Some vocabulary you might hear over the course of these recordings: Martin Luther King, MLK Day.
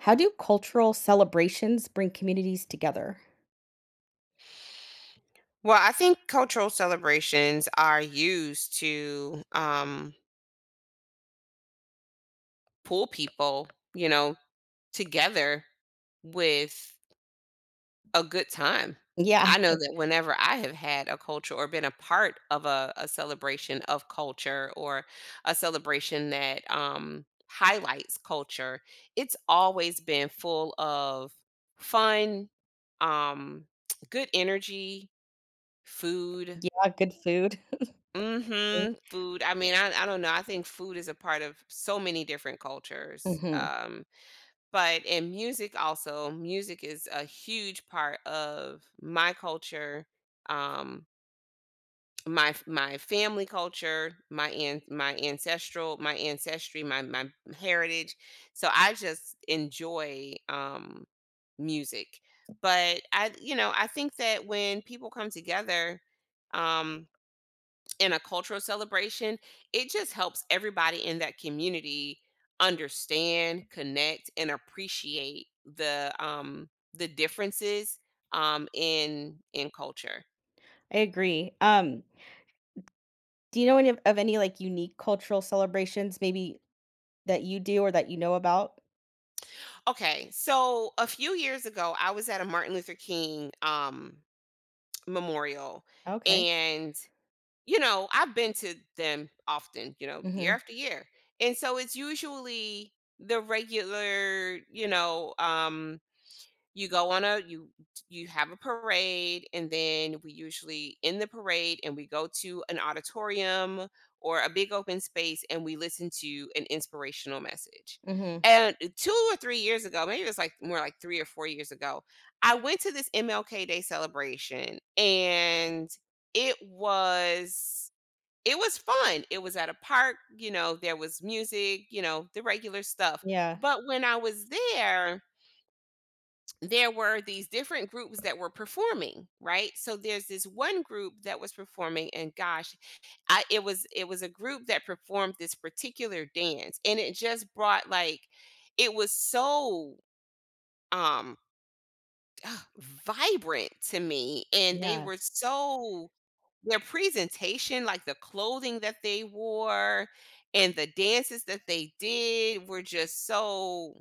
How do cultural celebrations bring communities together? Well, I think cultural celebrations are used to pull people, you know, together with a good time. Yeah, I know that whenever I have had a culture or been a part of a celebration of culture or a celebration that highlights culture, it's always been full of fun, um, good energy, food, yeah, good food. Mhm, food, I mean, I don't know, I think food is a part of so many different cultures, Mhm. But in music also, music is a huge part of my culture, um, my family culture, my an my ancestral my ancestry, my heritage, so I just enjoy, music, but I think that when people come together, um in a cultural celebration, it just helps everybody in that community understand, connect, and appreciate the differences in culture. I agree. Do you know any of any like unique cultural celebrations maybe that you do or that you know about? Okay, so a few years ago, I was at a Martin Luther King memorial, Okay. and I've been to them often, year Mhm. after year, and so it's usually the regular, You go on a you you have a parade, and then we usually end the parade and we go to an auditorium or a big open space and we listen to an inspirational message. Mhm. And 2 or 3 years ago, maybe it was like more like 3 or 4 years ago, I went to this MLK Day celebration and it was it was fun. It was at a park, there was music, the regular stuff. Yeah. But when I was there were these different groups that were performing, right? So there's this one group that was performing and gosh, I, it was a group that performed this particular dance and it just brought like it was so um vibrant to me, and they Yeah. were so, their presentation, like the clothing that they wore and the dances that they did were just so,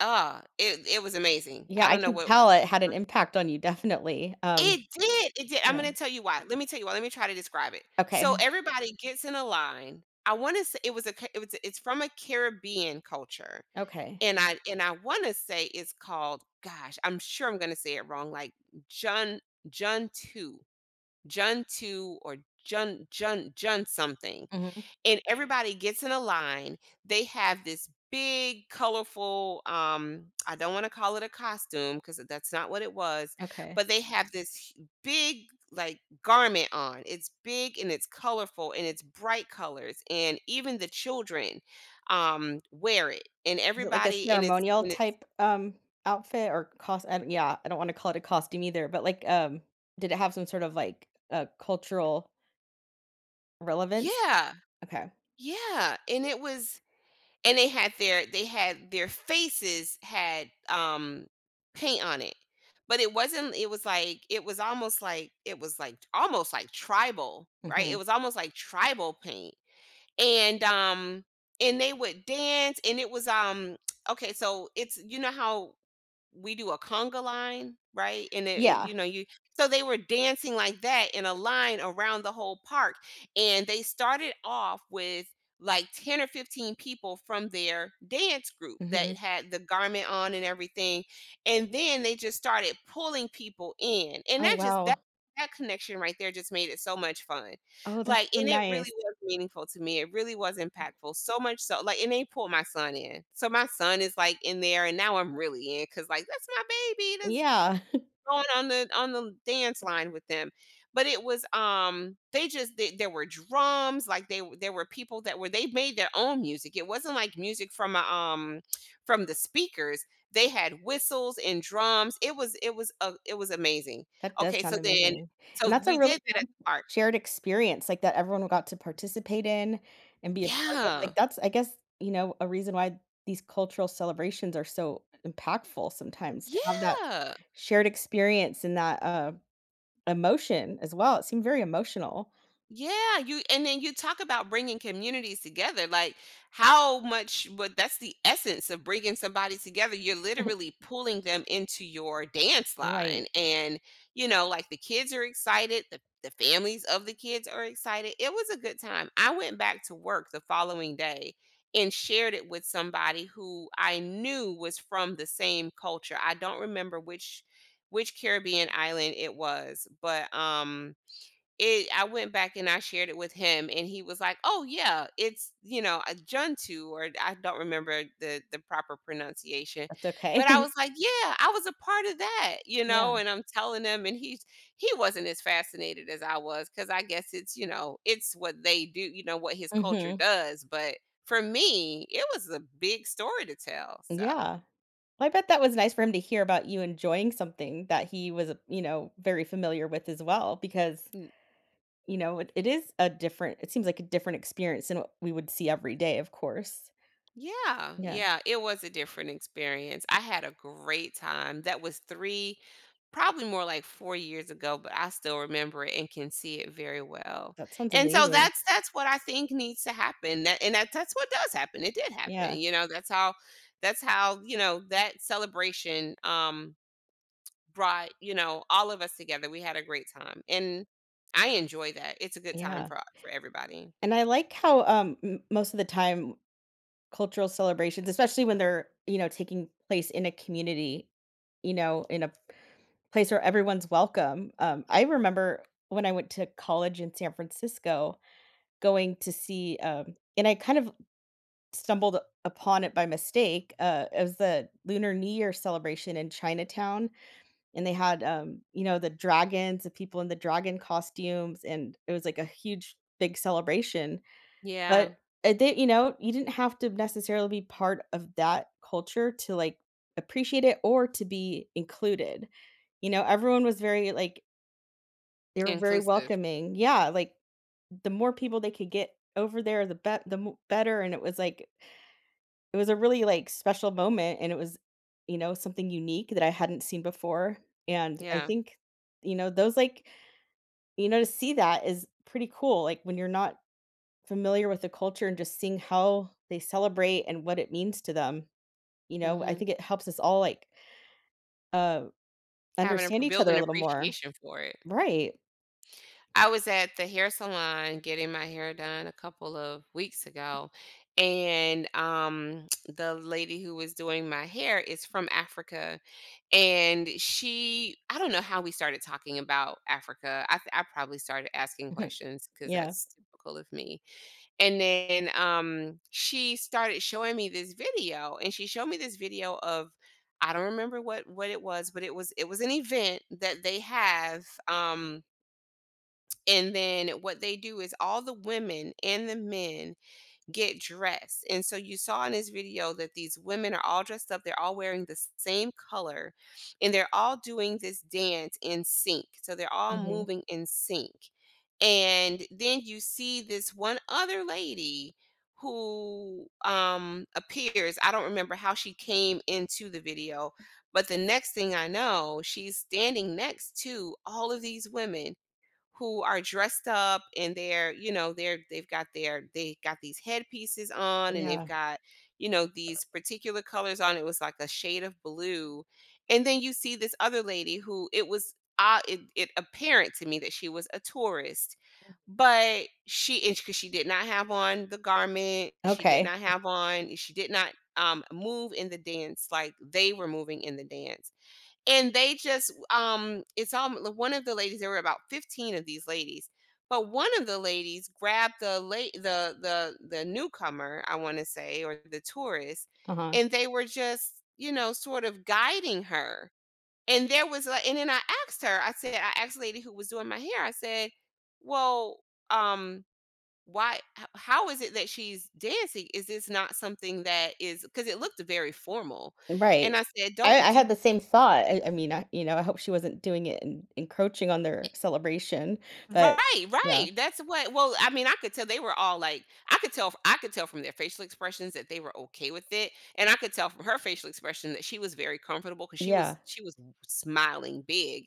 it was amazing, Yeah, I I don't know can what. tell it had an impact on you definitely. It did, it did. I'm Yeah. gonna tell you why. Let me tell you why. Let me try to describe it. So Okay. everybody gets in a line. I want to say it was a Ca- it was it's from a Caribbean culture, Okay. and I want to say it's called. Gosh, I'm sure I'm gonna say it wrong. Like Jun, Jun two, Jun two, or Jun Jun Jun something, Mhm. and everybody gets in a line. They have this big colorful, I don't want to call it a costume because that's not what it was, Okay. but they have this big, like, garment on. It's big and it's colorful and it's bright colors, and even the children wear it, and Was it like a everybody, and it's ceremonial and it's type, outfit or cost? I don't, yeah, I don't wanna call it a costume either, but, like, did it have some sort of, like, cultural relevance? yeah. Okay. Yeah, and it was and they had their faces had paint on it, but it wasn't, it was like, it was almost like, it was like almost like tribal, right, it Mhm. was almost like tribal paint, and um and they would dance, and it was, okay, so it's, you know how we do a conga line, right? And it, Yeah. you know, you, so they were dancing like that in a line around the whole park. And they started off with like 10 or 15 people from their dance group that Mhm. had the garment on and everything. And then they just started pulling people in. And Oh, that just that wow. that connection right there just made it so much fun. Oh, that's Like, so and it really nice. was meaningful to me, it really was impactful, so much so, like, and they pulled my son in. So my son is, like, in there, and now I'm really in because, like, that's my baby that's Yeah. going on the dance line with them. But it was, they just, they, there were drums, like, they, there were people that were, they made their own music. It wasn't like music from the speakers. They had whistles and drums. It was amazing. That does Okay, so sound then, amazing. And that's a we really did that at nice the park. shared experience, like, that everyone got to participate in and be a part of, like, Yeah. that's, I guess, you know, a reason why these cultural celebrations are so impactful sometimes to have that Yeah. shared experience and that, emotion as well. It seemed very emotional. Yeah, you and then you talk about bringing communities together. Like how much, but that's the essence of bringing somebody together. You're literally pulling them into your dance Right. line, and like the kids are excited, the families of the kids are excited. It was a good time. I went back to work the following day and shared it with somebody who I knew was from the same culture. I don't remember which Caribbean island it was, but It I went back and I shared it with him, and he was like, "Oh yeah, it's, you know, a Juntu," or I don't remember the proper pronunciation, That's but I, Mhm, okay. was like, "Yeah, I was a part of that," . Yeah. And I'm telling him, and he wasn't as fascinated as I was, because I guess it's it's what they do, what his culture Mhm. does. But for me, it was a big story to tell. So Yeah. Well, I bet that was nice for him to hear about you enjoying something that he was, you know, very familiar with as well because, you know, it is a different it seems like a different experience than what we would see every day, of course. yeah, Yeah. yeah, it was a different experience. I had a great time. That was 3, probably more like 4 years ago, but I still remember it and can see it very well. That sounds And so amazing. that's what I think needs to happen. That and that that's what does happen. It did happen, Yeah. That's how that celebration brought, all of us together. We had a great time. And I enjoy that. It's a good time Yeah. for everybody. And I like how, m most of the time cultural celebrations, especially when they're, you know, taking place in a community, you know, in a place where everyone's welcome. I remember when I went to college in San Francisco going to see, and I kind of stumbled upon it by mistake. It was the Lunar New Year celebration in Chinatown, and they had, you know, the dragons, the people in the dragon costumes, and it was like a huge, big celebration but Yeah, it did you know, you didn't have to necessarily be part of that culture to, like, appreciate it or to be included. You know, everyone was very, like they were very inclusive. welcoming. Yeah, like, the more people they could get over there, the mo better, and it was, like it was a really, like, special moment, and it was, you know, something unique that I hadn't seen before, and I Yeah. think, you know, those, like you know, to see that is pretty cool, like, when you're not familiar with the culture and just seeing how they celebrate and what it means to them, you know, I Mhm. think it helps us all, like, uh, Having a understand p each build other an a little more. appreciation for it. Right. I was at the hair salon getting my hair done a couple of weeks ago, and, the lady who was doing my hair is from Africa, and she I don't know how we started talking about Africa. I probably started asking Mhm. questions 'cause Yeah. that's typical of me. And then, she started showing me this video, and she showed me this video of, I don't remember what it was, but it was an event that they have, and then what they do is all the women and the men get dressed. And so you saw in this video that these women are all dressed up, they're all wearing the same color, and they're all doing this dance in sync. So they're all Mhm. moving in sync. And then you see this one other lady who appears. I don't remember how she came into the video, but the next thing I know, she's standing next to all of these women who are dressed up, and they're you know they're they got these headpieces on, and they've Yeah. got, these particular colors on, it was like a shade of blue, and then you see this other lady who it was, it apparent to me that she was a tourist, but she and because she did not have on the garment, she did Okay. not have on, she did not move in the dance like they were moving in the dance. And they just, it's all, one of the ladies, there were about 15 of these ladies, but one of the ladies grabbed the late, the newcomer, I want to say, or the tourist, Uh-huh. and they were just, sort of guiding her. And there was like, and then I asked her, I said, I asked the lady who was doing my hair, I said, well, um why how is it that she's dancing? Is this not something that is, because it looked very formal, Right. and I said, I "Don't I do." had the same thought. I mean, I you know, I hope she wasn't doing it and encroaching on their celebration, but Right, yeah. right. That's what, well, I mean, I could tell they were all like, I could tell from their facial expressions that they were okay with it, and I could tell from her facial expression that she was very comfortable, because Yeah. She was smiling big.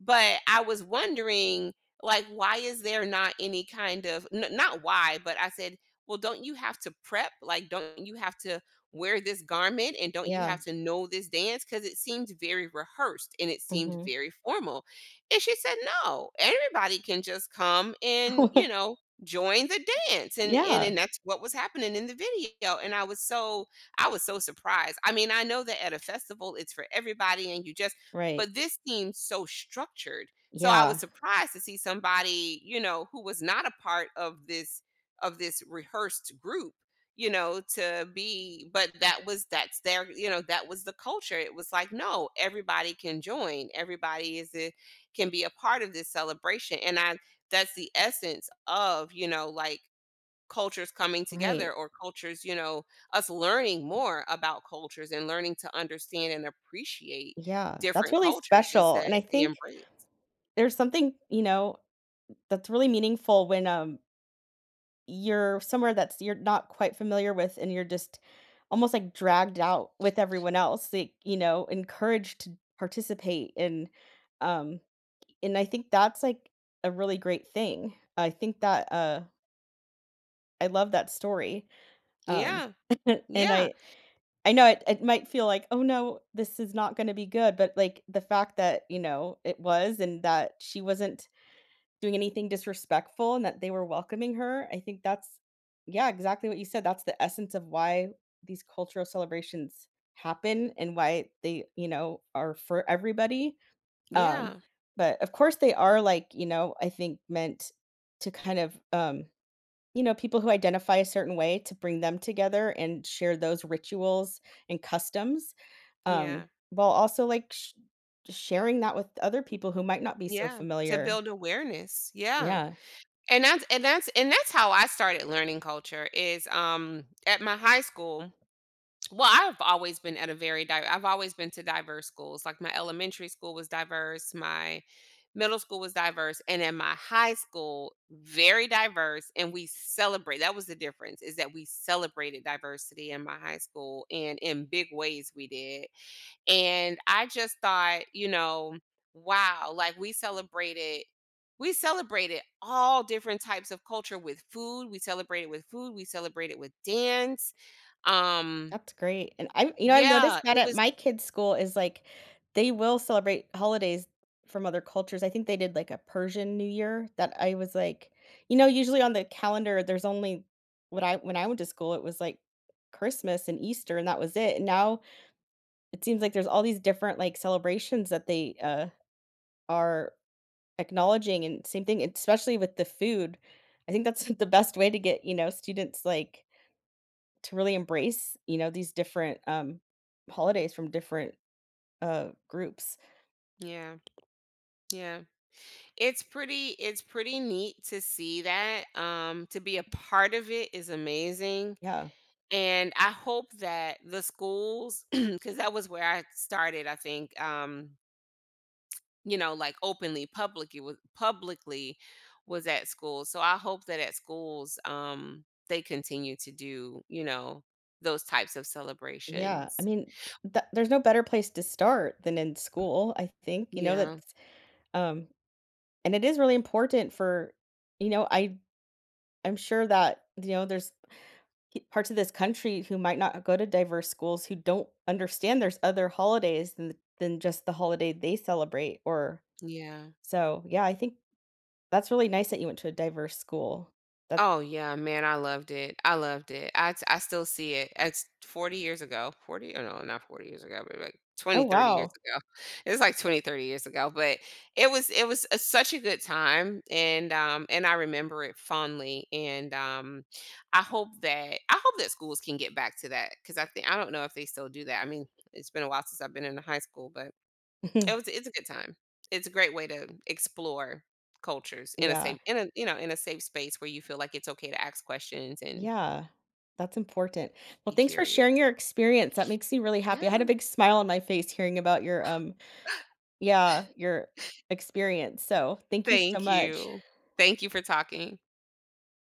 But I was wondering, like, why is there not any kind of not why, but I said, "Well, don't you have to prep? Like, don't you have to wear this garment, and don't you Yeah. have to know this dance? Because it seemed very rehearsed and it seemed Mhm. very formal," and she said, "No, everybody can just come and, you know, join the dance." And Yeah. and that's what was happening in the video. And I was so, I was so surprised. I mean, I know that at a festival it's for everybody and you just, Right. but this seemed so structured. So I Yeah. was surprised to see somebody, you know, who was not a part of this rehearsed group, you know, to be, but that was, that's their, you know, that was the culture, it was like, no, everybody can join, everybody is, can be a part of this celebration. And I, that's the essence of, like cultures coming Right. together, or cultures, us learning more about cultures and learning to understand and appreciate Yeah. That's different really cultures, is special, and I that they think embrace. there's something, you know, that's really meaningful when, you're somewhere that's you're not quite familiar with and you're just almost, like, dragged out with everyone else, like, you know, encouraged to participate and, um and I think that's, like, a really great thing. I think that, I love that story, um, Yeah. and Yeah. I know it might feel like, "Oh, no, this is not gonna be good," but, like, the fact that, you know, it was and that she wasn't doing anything disrespectful and that they were welcoming her, I think that's yeah, exactly what you said, that's the essence of why these cultural celebrations happen and why they, you know, are for everybody. Um, Yeah. but of course they are like, you know, I think meant to kind of, you know, people who identify a certain way to bring them together and share those rituals and customs, um, Yeah. while also like sh sharing that with other people who might not be so Yeah. To familiar. build awareness. Yeah. Yeah. And that's how I started learning culture, is at my high school. Well, I've always been at a very di I've always been to diverse schools. Like, my elementary school was diverse, my middle school was diverse, and in my high school, very diverse. And we celebrate. That was the difference, is that we celebrated diversity in my high school, and in big ways we did. And I just thought, you know, wow, like, we celebrated all different types of culture with food. We celebrated with food. We celebrated with dance. Um, That's great, and I you know, I've noticed yeah, that it at was my kids' school is, like, they will celebrate holidays from other cultures. I think they did, like, a Persian New Year that I was like you know, usually on the calendar, there's only what I when I went to school, it was, like, Christmas and Easter, and that was it, and now it seems like there's all these different, like, celebrations that they, are acknowledging, and same thing, especially with the food. I think that's the best way to get, you know, students, like, to really embrace, you know, these different, holidays from different, groups. yeah, yeah. It's pretty, neat to see that. To be a part of it is amazing. Yeah, And I hope that the schools cuz that was where I started, I think, like, openly publicly was, at school. So I hope that at schools, they continue to do, those types of yeah. I celebrations. mean, th there's no better place to start than in school, I think, you know, Yeah. that's, um and it is really important for you know, I'm sure that, you know, there's p parts of this country who might not go to diverse schools who don't understand there's other holidays than just the holiday they celebrate or Yeah. so, yeah, I think that's really nice that you went to a diverse school. That's Oh yeah, man, I loved it. I loved it. I, I still see it. It's 40 years ago. 40, or no, not 40 years ago, but like oh, 20, 30 years wow. ago. It's like 20, 30 years ago, but it was such a good time, and I remember it fondly, and I hope that, schools can get back to that, cuz I think, I don't know if they still do that. I mean, it's been a while since I've been in high school, but it was it's a good time. It's a great way to explore cultures in a Yeah, safe, in a safe space where you feel like it's okay to ask questions and yeah, that's important. Well, be thanks for curious. sharing your experience, that makes me really happy, I had a Yeah. big smile on my face hearing about your, yeah, your experience, so thank you so Thank much. you. Thank you for talking.